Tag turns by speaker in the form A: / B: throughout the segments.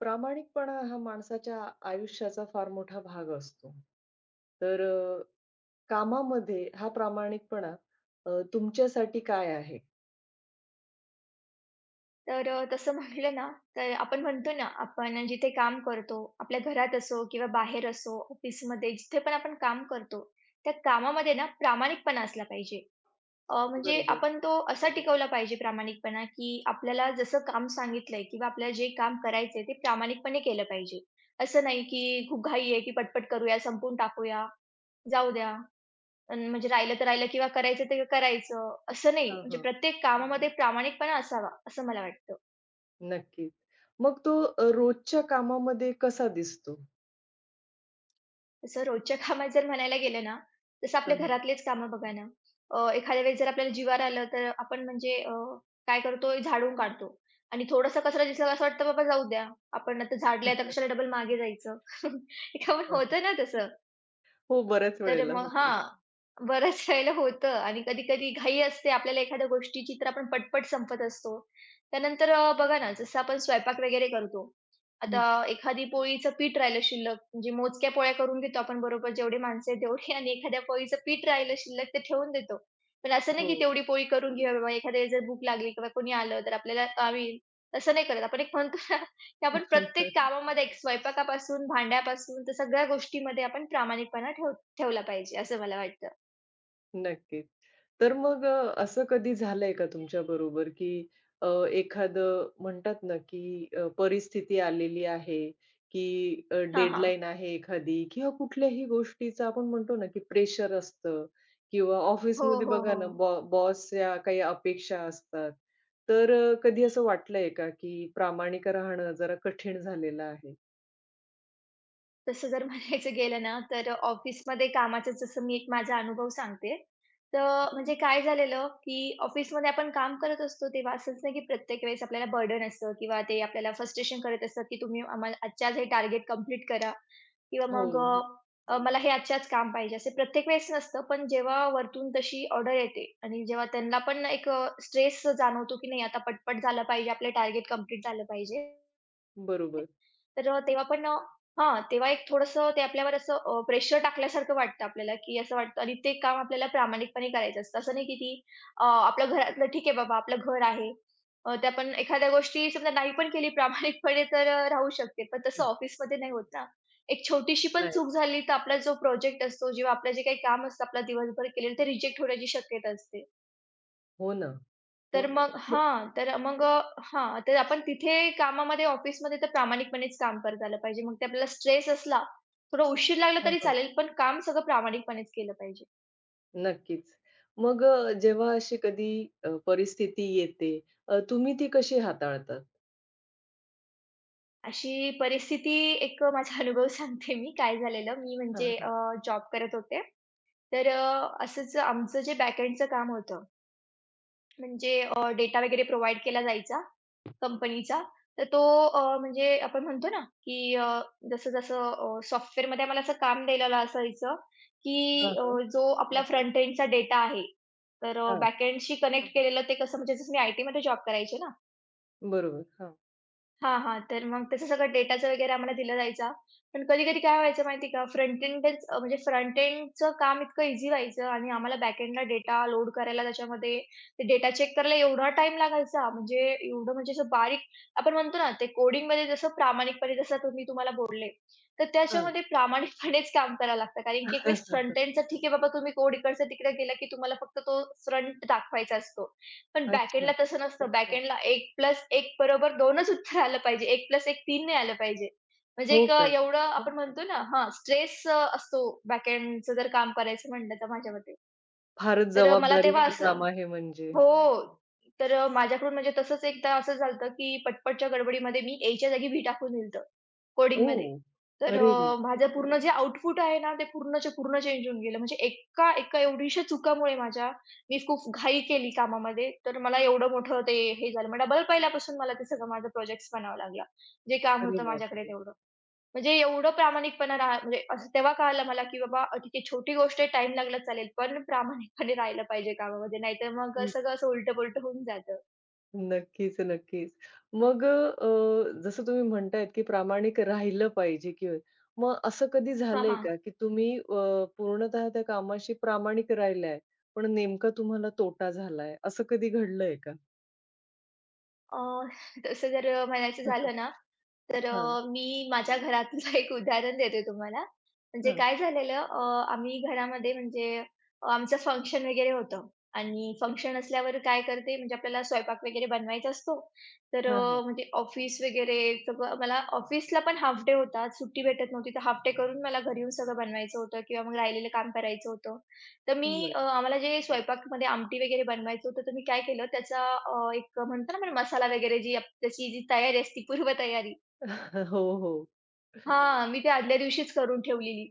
A: प्रामाणिकपणा हा माणसाच्या आयुष्याचा फार मोठा भाग असतो. तर कामामध्ये हा प्रामाणिकपणा तुमच्यासाठी काय आहे?
B: तसं म्हटलं ना, तर आपण म्हणतो ना, आपण जिथे काम करतो, आपल्या घरात असो किंवा बाहेर असो, ऑफिसमध्ये जिथे पण आपण काम करतो, त्या कामामध्ये ना प्रामाणिकपणा असला पाहिजे. म्हणजे
A: बरोबर.
B: आपण तो असा टिकवला पाहिजे प्रामाणिकपणा, की आपल्याला जसं काम सांगितलंय किंवा आपल्याला जे काम करायचंय ते प्रामाणिकपणे केलं पाहिजे. असं नाही की खूप घाई आहे, की पटपट करूया, संपवून टाकूया, जाऊ द्या. अन् म्हणजे राहिलं तर राहिलं किंवा करायचं ते करायचं, असं नाही.
A: हां,
B: म्हणजे
A: हां.
B: प्रत्येक कामामध्ये प्रामाणिकपणा असावा, असं मला वाटतं.
A: नक्कीच. मग तो रोजच्या कामामध्ये कसा दिसतो?
B: तसं रोजच्या कामात जर म्हणायला गेलं ना, तसं आपल्या
A: हां, हां.
B: घरातलेच कामं बघा ना, एखाद्या वेळेस जर आपल्याला जिवावर आलं, तर आपण म्हणजे काय करतो, झाडून काढतो आणि थोडासा कचरा दिसला असं वाटतं, "बाबा जाऊ द्या, आपण आता झाडलंय, आता कशाला डबल मागे जायचं." हे काम होतं ना तसं.
A: हो, बऱ्याच
B: तर
A: वेळेला
B: मग
A: होतो.
B: हां, बऱ्याच वेळेला होतं आणि कधी-कधी घाई असते आपल्याला एखाद्या गोष्टीची तर आपण पटपट संपत असतो. त्यानंतर बघा ना, जसं आपण स्वयंपाक वगैरे करतो. आता
A: हं.
B: एखादी पोळीचं पीठ राहिलं शिल्लक, म्हणजे मोजक्या पोळ्या करून घेतो आपण बरोबर जेवढी माणसं आहेत तेवढी आणि एखाद्या पोळीचं पीठ राहिलं शिल्लक ते ठेवून देतो. पण असं नाही की
A: हो.
B: तेवढी पोळी करून घेऊया बाबा एखाद्या वेळेस जर भूक लागली किंवा कोणी आलं तर आपल्याला आम्ही तसं नाही करत. आपण एक म्हणतो ना, की आपण प्रत्येक कामामध्ये एक स्वयंपाकापासून, भांड्यापासून, तर सगळ्या गोष्टीमध्ये आपण प्रामाणिकपणा ठेवतो. ठेवला पाहिजे असं मला वाटतं.
A: नक्कीच. तर मग असं कधी झालंय का तुमच्याबरोबर, की अ, एखादं म्हणतात ना, की परिस्थिती आलेली आहे, की
B: हां, हां.
A: डेडलाईन आहे एखादी किंवा कुठल्याही गोष्टीचं आपण म्हणतो ना, की प्रेशर असतं किंवा
B: हो,
A: ऑफिसमध्ये
B: हो,
A: बघा
B: हो.
A: ना, बॉसच्या काही अपेक्षा असतात. तर कधी असं वाटलंय का, की प्रामाणिक राहणं जरा कठीण झालेलं आहे?
B: तसं जर म्हणायचं गेलं ना, तर ऑफिसमध्ये कामाचं जसं मी एक माझा अनुभव सांगते. तर
A: हं.
B: म्हणजे काय झालेलं, की ऑफिसमध्ये आपण काम करत असतो तेव्हा असंच नाही की प्रत्येक वेळेस आपल्याला बर्डन असतं किंवा ते आपल्याला फ्रस्ट्रेशन करत असतं, की तुम्ही आम्हाला आजच्या हे टार्गेट कंप्लीट करा किंवा
A: हो,
B: मग
A: हो.
B: मला हे आजच्या काम पाहिजे. असे प्रत्येक वेळेस नसतं, पण जेव्हा वरतून तशी ऑर्डर येते आणि जेव्हा त्यांना पण एक स्ट्रेस जाणवतो, की नाही आता पटपट झालं पाहिजे, आपलं टार्गेट कंप्लीट झालं पाहिजे.
A: बरोबर.
B: तर अ, तेव्हा पण अ, हां, तेव्हा एक थोडंसं ते आपल्यावर असं प्रेशर टाकल्यासारखं वाटतं आपल्याला, की असं वाटतं आणि ते काम आपल्याला प्रामाणिकपणे करायचं असतं. असं नाही की ती आपलं घरातलं ठीक आहे बाबा, आपलं घर आहे. त्या पण एखाद्या गोष्टी समजा नाही पण केली प्रामाणिकपणे तर राहू शकते. पण तसं ऑफिसमध्ये नाही होत ना. एक छोटीशी पण
A: नाही.
B: चूक झाली तर आपला जो प्रोजेक्ट असतो, जेव्हा आपलं जे काही काम असतं, आपलं दिवसभर केलेलं ते रिजेक्ट होण्याची शक्यता असते.
A: हो ना.
B: तर मग? मग
A: हो.
B: हां, तर मग अ, हां, तर आपण तिथे कामामध्ये ऑफिसमध्ये तर प्रामाणिकपणेच काम करत आलं पाहिजे. मग ते आपल्याला स्ट्रेस असला, थोडा उशीर लागला तरी चालेल, पण काम सगळं प्रामाणिकपणेच केलं पाहिजे.
A: नक्कीच. मग जेव्हा अशी कधी परिस्थिती येते, तुम्ही ती कशी हाताळतात?
B: अशी परिस्थिती एक माझा अनुभव सांगते मी काय झालेलं. मी
A: हां,
B: म्हणजे
A: हां.
B: जॉब करत होते. असंच आमचं जे बॅकएंडचं काम होतं म्हणजे डेटा वगैरे प्रोव्हाईड केला जायचा कंपनीचा. तर तो म्हणजे आपण म्हणतो ना, जसं-जसं सॉफ्टवेअरमध्ये आम्हाला असं काम दिलेलं असायचं, की
A: हां,
B: अ,
A: हां.
B: जो आपला बरं. फ्रंट एंडचा डेटा आहे,
A: हां.
B: बॅक एंडशी कनेक्ट हं. केलेलं ते कसं म्हणजे जसं मी आय-टीमध्ये जॉब करायचे ना,
A: बरोबर. हां.
B: हां, हां. तर मग त्याचा सगळा डेटाचा वगैरे आम्हाला दिला जायचा. पण कधी-कधी काय व्हायचं माहिती आहे का, म्हणजे फ्रंट एंडचं काम इतकं इझी व्हायचं आणि आम्हाला बॅक एंडला डेटा लोड करायला त्याच्यामध्ये ते डेटा चेक करायला एवढा टाईम लागायचा. म्हणजे एवढं म्हणजे असं बारीक आपण म्हणतो ना, ते कोडिंगमध्ये जसं प्रामाणिकपणे जसं तुम्ही तुम्हाला बोलले, तर
A: हां.
B: त्याच्यामध्ये प्रामाणिकपणेच काम करावं लागतं. कारण की एक वेळेस फ्रंट एंडचं ठीक आहे बाबा तुम्ही कोड इकडचं-तिकडे गेला की तुम्हाला फक्त तो फ्रंट दाखवायचा असतो. पण बॅकएंडला
A: अच्छा.
B: तसं नसतं. बरोबर. बॅकएंडला 1+1 बरोबर 2च उत्तर आलं पाहिजे. 1+1 3 नाही आलं पाहिजे.
A: हो का?
B: एवढं आपण म्हणतो ना हां, स्ट्रेस असतो बॅकएंडचं जर काम करायचं म्हटलं तर माझ्या मते.
A: फारच
B: मला तेव्हा
A: जबाबदारीचं
B: बरोबर.
A: काम
B: असं
A: आहे म्हणजे.
B: हो. माझ्याकडून म्हणजे तसंच एकदा असं झालं की पटपटच्या गडबडीमध्ये मी एच्या जागी व्ही टाकून दिलं होतं कोडिंगमध्ये.
A: ओ,
B: तर हो.
A: अरे रे!
B: माझं पूर्ण जे आउटपुट आहे ना, ते पूर्णच्या पूर्ण चेंज होऊन गेलं. म्हणजे एका एका एवढीशा चुकामुळे माझ्या मी खूप घाई केली कामामध्ये. तर मला एवढं मोठं ते हे झालं. मग डबल पहिल्यापासून मला ते सगळं माझा प्रोजेक्ट्स बनावा लागला. जे काम
A: अरे
B: होतं माझ्याकडे
A: बापरे!
B: तेवढं. म्हणजे एवढं प्रामाणिकपणा राहा म्हणजे असं तेव्हा कळालं मला, की बाबा ठीक आहे छोटी गोष्ट आहे टाईम लागला चालेल, पण प्रामाणिकपणे राहिलं पाहिजे कामामध्ये नाहीतर मग सगळं असं उलटं-पुलटं होऊन जातं.
A: नक्कीच, नक्कीच. मग जसं तुम्ही म्हणतायत, की प्रामाणिक राहिलं पाहिजे की मग असं कधी
B: हां,
A: झालंय
B: हां.
A: का, की तुम्ही पूर्णतः त्या कामाशी प्रामाणिक राहिलाय, पण नेमका तुम्हाला तोटा झालाय, असं कधी घडलंय का?
B: अ, तसं जर म्हणायचं झालं ना, तर
A: हां,
B: मी माझ्या घरातलं एक उदाहरण देते तुम्हाला. म्हणजे
A: हां.
B: काय झालेलं अ, आम्ही घरामध्ये म्हणजे आमचं फंक्शन वगैरे होतं आणि फंक्शन असल्यावर काय करते म्हणजे आपल्याला स्वयंपाक वगैरे बनवायचा असतो.
A: हां, हां.
B: म्हणजे ऑफिस वगैरे सगळं मला ऑफिसला पण हाल्फ डे होता. सुट्टी भेटत नव्हती, तर हाल्फ डे करून मला घरी येऊन सगळं बनवायचं होतं किंवा मग राहिलेलं काम करायचं होतं. तर मी
A: बरं.
B: आम्हाला जे स्वयंपाकमध्ये आमटी वगैरे बनवायचं होतं, तर मी काय केलं त्याचा एक म्हणतो ना आपण मसाला वगैरे जी आप त्याची जी तयारी असते पूर्वतयारी
A: हो, हो.
B: हां, मी ते आदल्या दिवशीच करून ठेवलेली.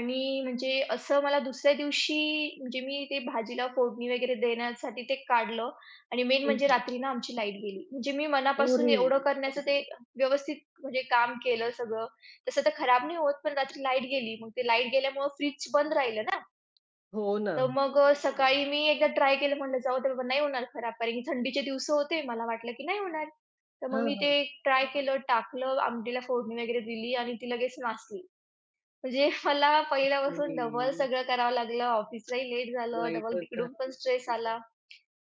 B: आणि म्हणजे असं मला दुसऱ्या दिवशी म्हणजे मी ते भाजीला फोडणी वगैरे देण्यासाठी ते काढलं आणि मेन
A: हं,
B: म्हणजे
A: हं.
B: रात्री ना आमची लाईट गेली. म्हणजे मी मनापासून
A: अरे!
B: एवढं करण्याचं ते व्यवस्थित म्हणजे काम केलं सगळं. तसं तर खराब नाही होत, पण रात्री लाईट गेली. मग ते लाईट गेल्यामुळं फ्रिज बंद राहिलं ना.
A: हो ना.
B: तर मग सकाळी मी एकदा ट्राय केलं म्हटलं जाऊ दे बाबा नाही होणार खराब कारण की थंडीचे दिवस होते. मला वाटलं की नाही होणार. तर मग
A: हां,
B: मी ते
A: हां.
B: ट्राय केलं, टाकलं, आमटीला फोडणी वगैरे दिली आणि ती लगेच नासली. म्हणजे मला पहिल्यापासून डबल
A: अरे!
B: सगळं करावं लागलं. ऑफिसलाही लेट झालं. डबल
A: वाईटच
B: तिकडून
A: झालं.
B: पण स्ट्रेस आला.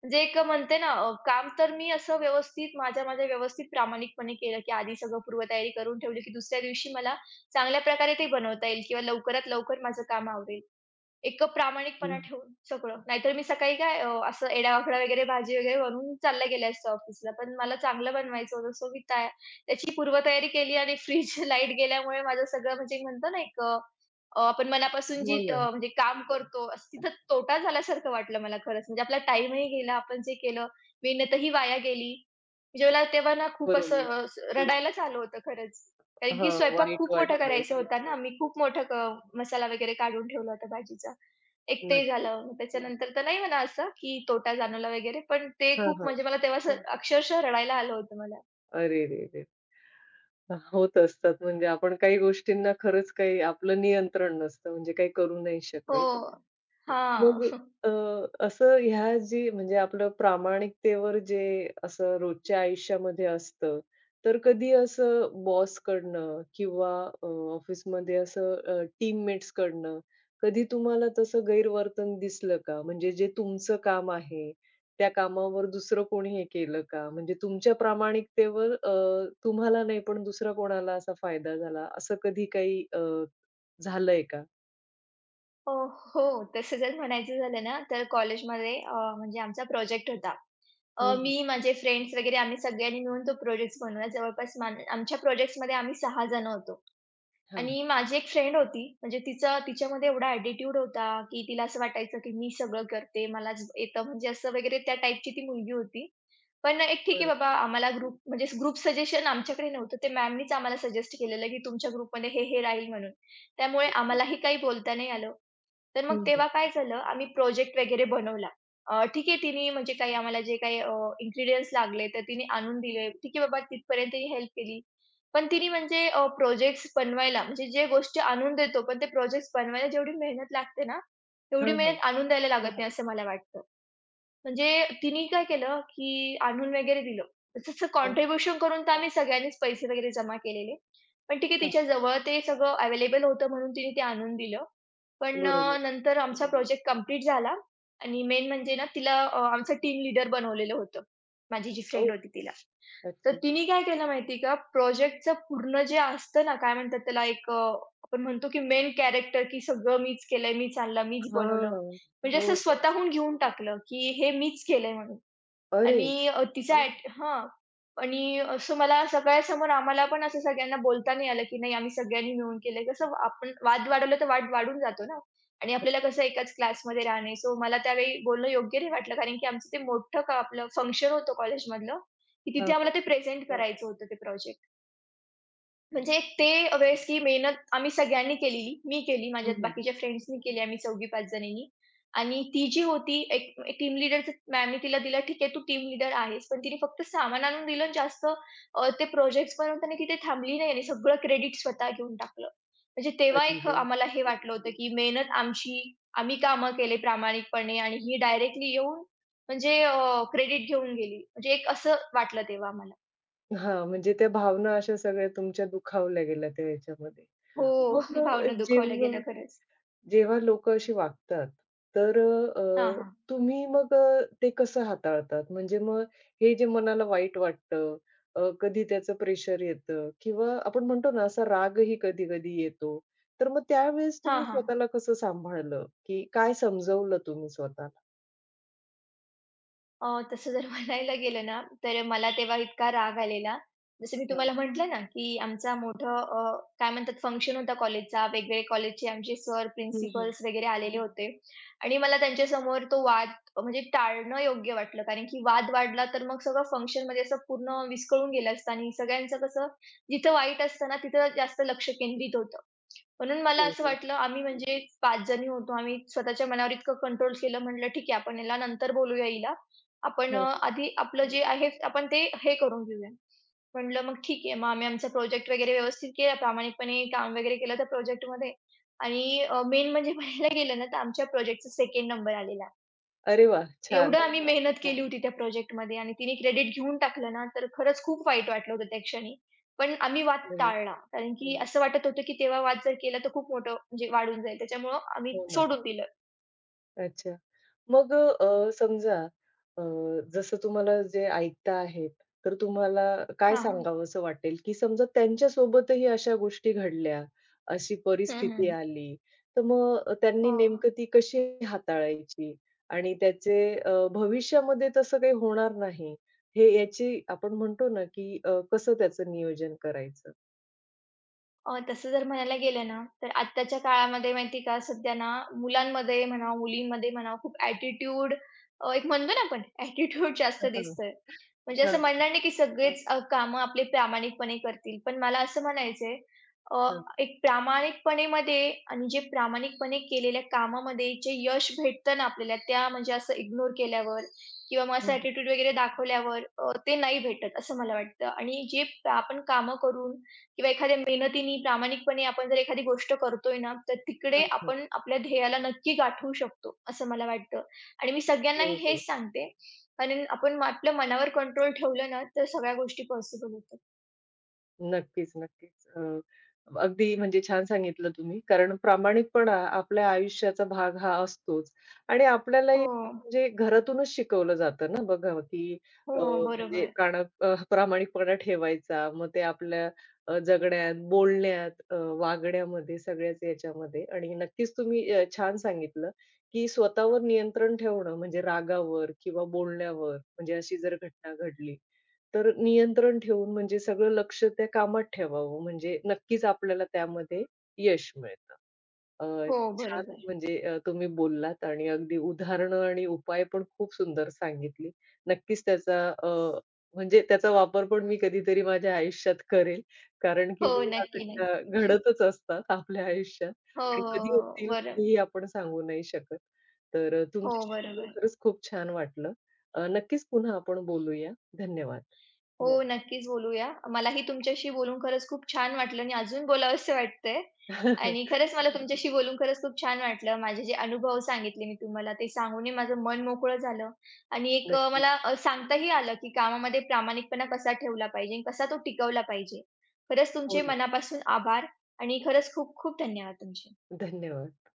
B: म्हणजे एक म्हणते ना. काम तर मी असं व्यवस्थित माझ्या माझ्या व्यवस्थित प्रामाणिकपणे केलं, की आधी सगळं पूर्वतयारी करून ठेवली, की दुसऱ्या दिवशी मला चांगल्या प्रकारे ते बनवता येईल किंवा लवकरात लवकर माझं काम आवरेल. एक प्रामाणिकपणा
A: हं.
B: ठेवून सगळं. नाहीतर मी सकाळी काय असं एडावाखडा वगैरे भाजी वगैरे बनवून चालल्या गेले असते ऑफिसला. पण मला चांगलं बनवायचं होतं. सो मी त्या त्याची पूर्वतयारी केली आणि फ्रिज लाईट गेल्यामुळे माझं सगळं म्हणजे एक म्हणतो ना. आपण मनापासून जी
A: हो ना.
B: अ, म्हणजे काम करतो असं तिथं तोटा झाल्यासारखं वाटलं मला खरंच. म्हणजे आपला टाईमही गेला. आपण जे केलं, मेहनतही वाया गेली. म्हणजे मला तेव्हा ना खूप असं
A: बरोबर.
B: अ, स- रडायलाच आलं होतं खरंच. कारण की
A: हां,
B: स्वयंपाक
A: वाईट
B: खूप मोठा
A: वाटलं.
B: करायचा होता ना. मी खूप मोठा क मसाला वगैरे काढून ठेवला होता भाजीचा. एक ते
A: नक्कीच.
B: झालं. मग त्याच्यानंतर तर नाही म्हणा असं की तोटा जाणवला वगैरे, पण ते
A: हां,
B: खूप म्हणजे
A: हां.
B: मला तेव्हा असं अक्षरशः रडायला आलं होतं मला. आई
A: अरेरेरे! होत असतात म्हणजे आपण काही गोष्टींना खरंच काही आपलं नियंत्रण नसतं म्हणजे काही करू नाही
B: गं!
A: शकत.
B: हो. हां.
A: मग अ, असं ह्या जी म्हणजे आपलं प्रामाणिकतेवर जे असं रोजच्या आयुष्यामध्ये असतं, तर कधी असं बॉसकडनं किंवा अ, ऑफिसमध्ये असं टीममेट्सकडनं कधी तुम्हाला तसं गैरवर्तन दिसलं का? म्हणजे जे तुमचं काम आहे, त्या कामावर दुसरं कोणी हे केलं का? म्हणजे तुमच्या प्रामाणिकतेवर तुम्हाला नाही पण दुसरा कोणाला असा फायदा झाला, असं कधी काही झालंय का?
B: अ, हो. तसं जर म्हणायचं झालं ना, तर कॉलेजमध्ये. म्हणजे आमचा प्रोजेक्ट होता.
A: हं,
B: मी,
A: हं.
B: माझे फ्रेंड्स वगैरे आम्ही सगळ्यांनी मिळून तो प्रोजेक्ट बनवला. जवळपास मान आमच्या प्रोजेक्ट्समध्ये आम्ही 6 जण होतो.
A: हां,
B: आणि माझी एक फ्रेंड होती, म्हणजे तिचा तिच्यामध्ये एवढा ॲटिट्यूड होता, की तिला असं वाटायचं, की मी सगळं करते, मलाच येतं म्हणजे असं वगैरे त्या टाईपची ती मुलगी होती. पण एक ठीक आहे
A: बरं.
B: बाबा आम्हाला ग्रुप म्हणजे ग्रुप सजेशन आमच्याकडे नव्हतं. ते मॅमनीच आम्हाला सजेस्ट केलेलं, की तुमच्या ग्रुपमध्ये हे राहील म्हणून. त्यामुळे
A: अच्छा.
B: आम्हालाही काही बोलता नाही आलं. तर मग
A: हं.
B: तेव्हा काय झालं, आम्ही प्रोजेक्ट वगैरे बनवला. ठीक आहे तिने म्हणजे काही आम्हाला जे काही लागले, तर तिने आणून दिले. ठीक आहे बाबा तिथपर्यंत ही हेल्प केली. पण तिने म्हणजे प्रोजेक्ट्स बनवायला म्हणजे जे गोष्टी आणून देतो, पण ते प्रोजेक्ट्स बनवायला जेवढी मेहनत लागते ना, तेवढी
A: हां, हां.
B: मेहनत आणून द्यायला लागत नाही असं मला वाटतं. म्हणजे तिने काय केलं, की आणून वगैरे दिलं. तसं
A: हां,
B: कॉन्ट्रिब्युशन करून तर आम्ही सगळ्यांनीच पैसे वगैरे जमा केलेले. पण ठीक आहे
A: हां.
B: तिच्या जवळ ते सगळं अवेलेबल होतं म्हणून तिने ते आणून दिलं. पण
A: बरोबर.
B: नंतर आमचा प्रोजेक्ट कंप्लीट झाला आणि मेन म्हणजे ना तिला आमचं टीम लीडर बनवलेलं होतं. माझी जी
A: ओ!
B: फ्रेंड होती तिला. तर
A: अच्छा.
B: तिने काय केलं माहिती आहे का, प्रोजेक्टचं पूर्ण जे असतं ना, काय म्हणतात त्याला. आपण म्हणतो की मेन कॅरेक्टर की सगळं मीच केलंय, मीच आणलं, मीच बनवलं.
A: हां.
B: म्हणजे
A: हो,
B: असं
A: हो.
B: स्वतःहून घेऊन टाकलं, की हे मीच केलंय म्हणून.
A: अरे!
B: आणि तिचा अरे! ॲट हां. आणि असं मला सगळ्यासमोर आम्हाला पण असं सगळ्यांना बोलता नाही आलं, की नाही आम्ही सगळ्यांनी मिळून केलंय. कसं आपण वाद वाढवलं तर वाद वाढून जातो ना आणि आपल्याला कसं एकाच क्लासमध्ये राहणे. सो मला त्यावेळी बोलणं योग्य नाही वाटलं कारण की आमचं ते मोठं का आपलं फंक्शन होतं कॉलेजमधलं, की तिथे
A: हां, हां.
B: आम्हाला ते प्रेझेंट बरं. करायचं होतं ते प्रोजेक्ट. म्हणजे एक ते वेळेस ही मेहनत आम्ही सगळ्यांनी केलेली. मी केली, माझ्या
A: हं, हं.
B: बाकीच्या फ्रेंड्सनी केली आम्ही 4-5 जणींनी. आणि ती जी होती एक टीम लीडरचं मॅमनी तिला दिलं, "ठीक आहे, तू टीम लीडर आहेस." पण तिने फक्त सामान आणून दिलं आणि जास्त ते प्रोजेक्ट्सपर्यंत नाही तिथे थांबली नाही आणि सगळं क्रेडिट स्वतः घेऊन टाकलं. म्हणजे तेव्हा
A: अरे
B: एक
A: रे!
B: आम्हाला हे वाटलं होतं, की मेहनत आमची, आम्ही कामं केले प्रामाणिकपणे आणि ही डायरेक्टली येऊन म्हणजे क्रेडिट घेऊन गेली. म्हणजे एक असं वाटलं तेव्हा आम्हाला.
A: हां, म्हणजे त्या भावना अशा सगळ्या तुमच्या दुखावल्या गेल्या त्या ह्याच्यामध्ये.
B: हो,
A: मग
B: भावना दुखावल्या गेल्या
A: जेव्हा
B: खरंच.
A: जेव्हा लोकं अशी वागतात, तर
B: हां, हां.
A: तुम्ही मग ते कसं हाताळतात? म्हणजे मग हे जे मनाला वाईट वाटतं, कधी त्याचं प्रेशर येतं किंवा आपण म्हणतो ना, असा रागही कधी-कधी येतो. तर मग त्यावेळेस
B: हां,
A: तुम्ही
B: हां.
A: स्वतःला कसं सांभाळलं, की काय समजवलं तुम्ही स्वतःला?
B: तसं जर म्हणायला गेलं ना, तर मला तेव्हा इतका राग आलेला. जसं मी
A: हां.
B: तुम्हाला म्हटलं ना, की आमचा मोठं. काय म्हणतात फंक्शन होता कॉलेजचा. वेगवेगळे कॉलेजचे आमचे सर,
A: हं, हं.
B: प्रिन्सिपल्स वगैरे आलेले होते आणि मला त्यांच्यासमोर तो वाद म्हणजे टाळणं योग्य वाटलं. कारण की वाद वाढला तर मग सगळं फंक्शनमध्ये असं पूर्ण विस्कळून गेलं असतं आणि सगळ्यांचं कसं जिथं वाईट असतं ना, तिथं जास्त लक्ष केंद्रित होतं. म्हणून मला
A: हो,
B: असं
A: हो.
B: वाटलं आम्ही म्हणजे 5 जणी होतो. आम्ही स्वतःच्या मनावर इतकं कंट्रोल केलं म्हटलं ठीक आहे आपण हिला नंतर बोलूया हिला. आपण
A: हां, हां.
B: आधी आपलं जे आहे आपण ते हे करून घेऊया. म्हटलं मग ठीक आहे. मग आम्ही आमचा प्रोजेक्ट वगैरे व्यवस्थित केला. प्रामाणिकपणे काम वगैरे केलं त्या प्रोजेक्टमध्ये आणि मेन म्हणजे पाहायला गेलं ना, तर आमच्या प्रोजेक्टचा 2nd नंबर आलेला.
A: अरे वा
B: एवढं
A: छान.
B: आम्ही मेहनत अच्छा. केली होती त्या प्रोजेक्टमध्ये आणि तिने क्रेडिट घेऊन टाकलं ना, तर खरंच खूप वाईट वाटलं होतं त्या क्षणी. पण आम्ही वाद टाळला. कारण की हं. असं वाटत होतं की तेव्हा वाद जर केला तर खूप मोठं म्हणजे वाढून जाईल. त्याच्यामुळं आम्ही
A: हो ना.
B: सोडून दिलं.
A: अच्छा. मग समजा अ, जसं तुम्हाला जे ऐकता आहेत, तर तुम्हाला काय
B: हां, हां.
A: सांगावसं वाटेल, की समजा त्यांच्यासोबतही अशा गोष्टी घडल्या, अशी
B: हं,
A: परिस्थिती
B: हं.
A: आली, तर मग त्यांनी
B: हो.
A: नेमकं ती कशी हाताळायची आणि त्याचे भविष्यामध्ये तसं काही होणार नाही, हे याची आपण म्हणतो ना, की कसं त्याचं नियोजन करायचं?
B: तसं जर म्हणायला गेलं ना, तर आत्ताच्या काळामध्ये माहिती का, सध्या ना मुलांमध्ये म्हणा, मुलींमध्ये म्हणा, खूप ॲटिट्यूड एक म्हणतो ना आपण ॲटिट्यूड जास्त
A: हां, हां.
B: दिसतोय. म्हणजे असं
A: हां,
B: म्हणणार नाही की सगळेच कामं आपले प्रामाणिकपणे करतील. पण मला असं म्हणायचंय अ,
A: हां.
B: एक प्रामाणिकपणेमध्ये आणि जे प्रामाणिकपणे केलेल्या कामामध्ये जे यश भेटतं ना आपल्याला, त्या म्हणजे असं इग्नोर केल्यावर किंवा मग असं
A: हं, हं.
B: ॲटिट्यूड वगैरे दाखवल्यावर ते नाही भेटत असं मला वाटतं. आणि जे आपण कामं करून किंवा एखाद्या मेहनतीने, प्रामाणिकपणे आपण जर एखादी गोष्ट करतोय ना, तर तिकडे
A: हां, हां.
B: आपण आपल्या ध्येयाला नक्की गाठवू शकतो, असं मला वाटतं. आणि मी सगळ्यांनाही
A: हो, हो.
B: हेच सांगते, कारण आपण आपल्या मनावर कंट्रोल ठेवलं ना, तर सगळ्या गोष्टी पॉसिबल होतात.
A: नक्कीच, नक्कीच. अगदी म्हणजे छान सांगितलं तुम्ही. कारण प्रामाणिकपणा आपल्या आयुष्याचा भाग हा असतोच आणि
B: हो,
A: आपल्यालाही
B: हो.
A: म्हणजे घरातूनच शिकवलं जातं ना बघा, की
B: हो,
A: म्हणजे
B: बरोबर.
A: प्रामाणिकपणा ठेवायचा. मग ते आपल्या जगण्यात, बोलण्यात, वागण्यामध्ये सगळ्याच याच्यामध्ये आणि नक्कीच तुम्ही छान सांगितलं, की स्वतःवर नियंत्रण ठेवणं म्हणजे रागावर किंवा बोलण्यावर म्हणजे अशी जर घटना घडली, तर नियंत्रण ठेवून म्हणजे सगळं लक्ष त्या कामात ठेवावं, म्हणजे नक्कीच आपल्याला त्यामध्ये यश मिळतं. अ,
B: हो,
A: छान
B: बरोबर.
A: म्हणजे तुम्ही बोललात आणि अगदी उदाहरणं आणि उपाय पण खूप सुंदर सांगितली. नक्कीच त्याचा म्हणजे त्याचा वापर पण मी कधीतरी माझ्या आयुष्यात करेल. कारण की
B: म्हणजे हो,
A: ह्या
B: नक्की,
A: घटना
B: नक्की.
A: घडतच असतात आपल्या आयुष्यात
B: हो,
A: आणि
B: हो,
A: कधी
B: हो. हो,
A: होतील
B: बरं.
A: हेही आपण सांगू नाही शकत. तर
B: हो,
A: तुमच्याशी बोलून
B: बरोबर.
A: खरंच खूप छान वाटलं. नक्कीच पुन्हा आपण बोलूया. धन्यवाद.
B: हो, येस. नक्कीच बोलूया. मलाही तुमच्याशी बोलून खरंच खूप छान वाटलं आणि अजून बोलावसं वाटतंय आणि खरंच मला तुमच्याशी बोलून खरंच खूप छान वाटलं. माझे जे अनुभव सांगितले मी तुम्हाला ते सांगूनही माझं मन मोकळं झालं आणि एक अ,
A: नक्कीच.
B: मला अ, सांगताही आलं, की कामामध्ये प्रामाणिकपणा कसा ठेवला पाहिजे आणि कसा तो टिकवला पाहिजे. खरंच
A: हो
B: तुमचे
A: ना.
B: मनापासून आभार आणि खरंच खूप खूप धन्यवाद तुमचे.
A: धन्यवाद.